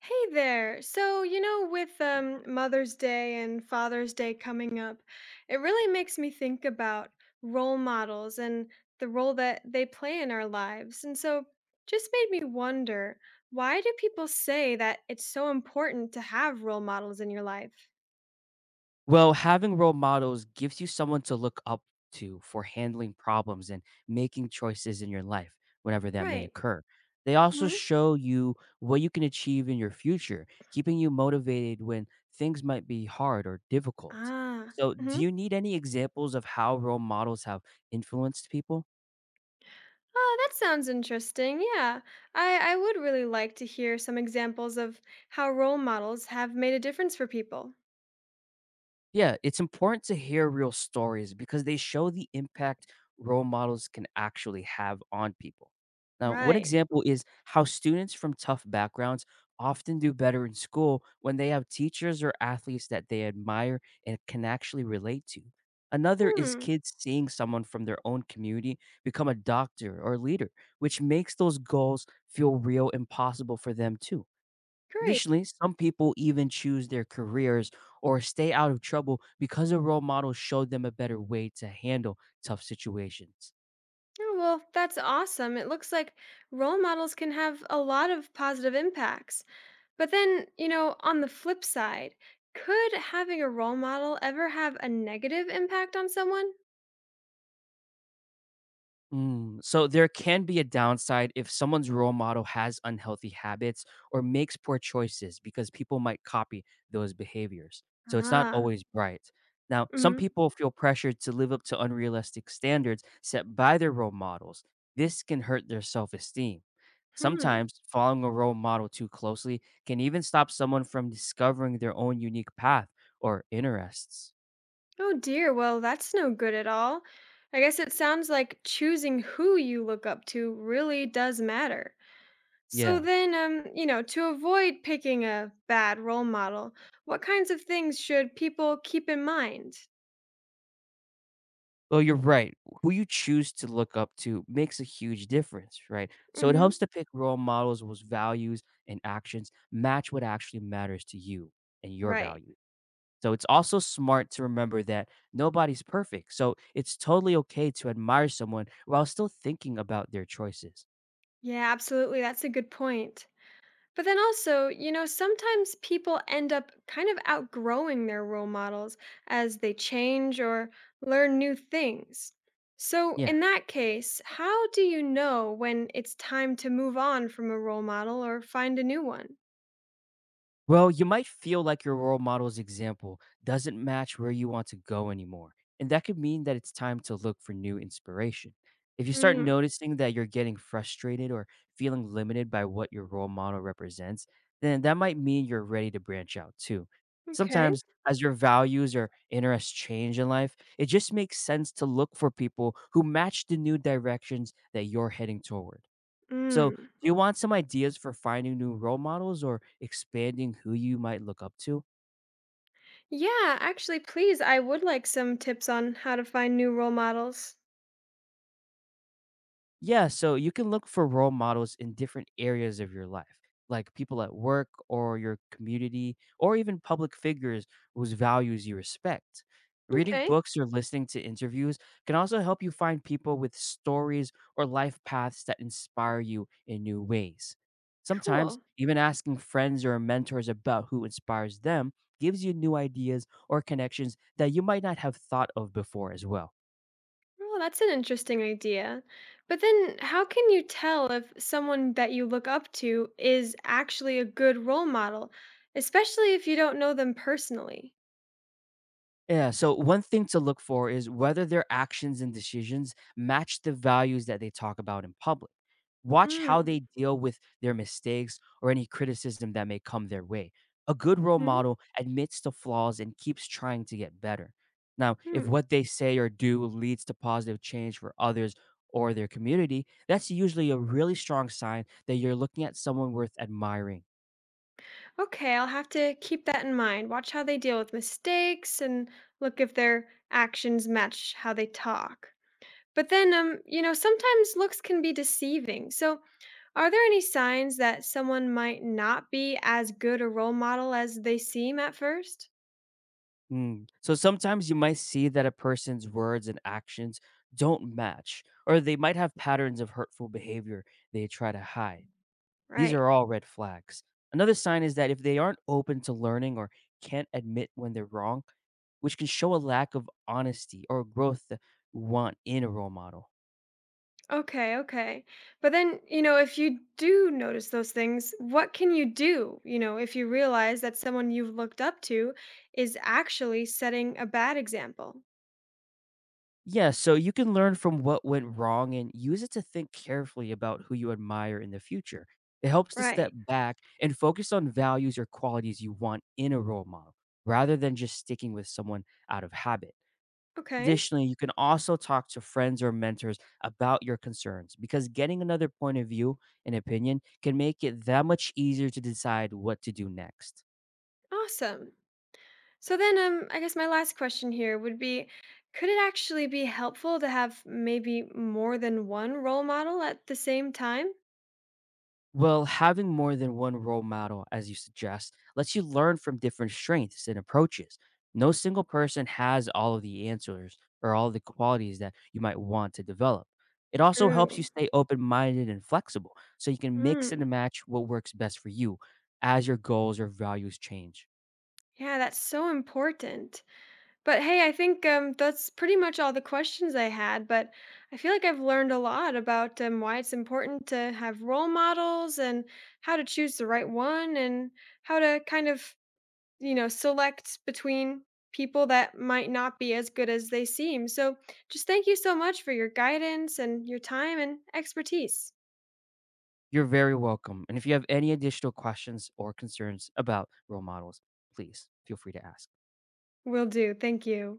Hey there. So, with Mother's Day and Father's Day coming up, it really makes me think about role models and the role that they play in our lives. And so, just made me wonder, why do people say that it's so important to have role models in your life? Well, having role models gives you someone to look up to for handling problems and making choices in your life, whenever that may Right. occur. They also Hmm. show you what you can achieve in your future, keeping you motivated when things might be hard or difficult. Ah. So, do Hmm. you need any examples of how role models have influenced people? Oh, that sounds interesting. Yeah. I would really like to hear some examples of how role models have made a difference for people. Yeah, it's important to hear real stories because they show the impact role models can actually have on people. Now, one Right. example is how students from tough backgrounds often do better in school when they have teachers or athletes that they admire and can actually relate to. Another is Hmm. kids seeing someone from their own community become a doctor or leader, which makes those goals feel real and possible for them too. Great. Additionally, some people even choose their careers or stay out of trouble because a role model showed them a better way to handle tough situations. Oh, well, that's awesome. It looks like role models can have a lot of positive impacts. But then, on the flip side, could having a role model ever have a negative impact on someone? Mm, so there can be a downside if someone's role model has unhealthy habits or makes poor choices because people might copy those behaviors. So it's not Ah. always bright. Now, some Mm people feel pressured to live up to unrealistic standards set by their role models. This can hurt their self esteem. hmm. Sometimes following a role model too closely can even stop someone from discovering their own unique path or interests. Oh, dear. Well, that's no good at all. I guess it sounds like choosing who you look up to really does matter. So Yeah. then, to avoid picking a bad role model, what kinds of things should people keep in mind? Well, you're right. Who you choose to look up to makes a huge difference, right? So it helps Mm-hmm. to pick role models whose values and actions match what actually matters to you and your Right. value. So it's also smart to remember that nobody's perfect. So it's totally okay to admire someone while still thinking about their choices. Yeah, absolutely. That's a good point. But then also, sometimes people end up kind of outgrowing their role models as they change or learn new things. So, Yeah. in that case, how do you know when it's time to move on from a role model or find a new one? Well, you might feel like your role model's example doesn't match where you want to go anymore, and that could mean that it's time to look for new inspiration. If you start Mm. noticing that you're getting frustrated or feeling limited by what your role model represents, then that might mean you're ready to branch out too. Okay. Sometimes, as your values or interests change in life, it just makes sense to look for people who match the new directions that you're heading toward. So, Mm. do you want some ideas for finding new role models or expanding who you might look up to? Yeah, actually, please, I would like some tips on how to find new role models. Yeah, so you can look for role models in different areas of your life, like people at work or your community, or even public figures whose values you respect. Reading Okay, books or listening to interviews can also help you find people with stories or life paths that inspire you in new ways. Sometimes, cool. even asking friends or mentors about who inspires them gives you new ideas or connections that you might not have thought of before as well. Oh, that's an interesting idea. But then, how can you tell if someone that you look up to is actually a good role model, especially if you don't know them personally? Yeah, so one thing to look for is whether their actions and decisions match the values that they talk about in public. Watch how Mm-hmm. they deal with their mistakes or any criticism that may come their way. A good role model admits to flaws and keeps trying to get better. Now, if what they say or do leads to positive change for others or their community, that's usually a really strong sign that you're looking at someone worth admiring. Okay, I'll have to keep that in mind. Watch how they deal with mistakes and look if their actions match how they talk. But then, sometimes looks can be deceiving. So, are there any signs that someone might not be as good a role model as they seem at first? Mm. So sometimes you might see that a person's words and actions don't match, or they might have patterns of hurtful behavior they try to hide. These Right. are all red flags. Another sign is that if they aren't open to learning or can't admit when they're wrong, which can show a lack of honesty or growth that you want in a role model. Okay, okay. But then, if you do notice those things, what can you do? If you realize that someone you've looked up to is actually setting a bad example. Yeah, so you can learn from what went wrong and use it to think carefully about who you admire in the future. It helps to step Right. back and focus on values or qualities you want in a role model rather than just sticking with someone out of habit. Okay. Additionally, you can also talk to friends or mentors about your concerns because getting another point of view and opinion can make it that much easier to decide what to do next. Awesome. So then I guess my last question here would be, could it actually be helpful to have maybe more than one role model at the same time? Well, having more than one role model, as you suggest, lets you learn from different strengths and approaches. No single person has all of the answers or all the qualities that you might want to develop. It also helps you True. stay open minded and flexible so you can mix and Mm. match what works best for you as your goals or values change. Yeah, that's so important. But hey, I think that's pretty much all the questions I had. But I feel like I've learned a lot about why it's important to have role models and how to choose the right one and how to kind of, select between people that might not be as good as they seem. So just thank you so much for your guidance and your time and expertise. You're very welcome. And if you have any additional questions or concerns about role models, please feel free to ask. Will do. Thank you.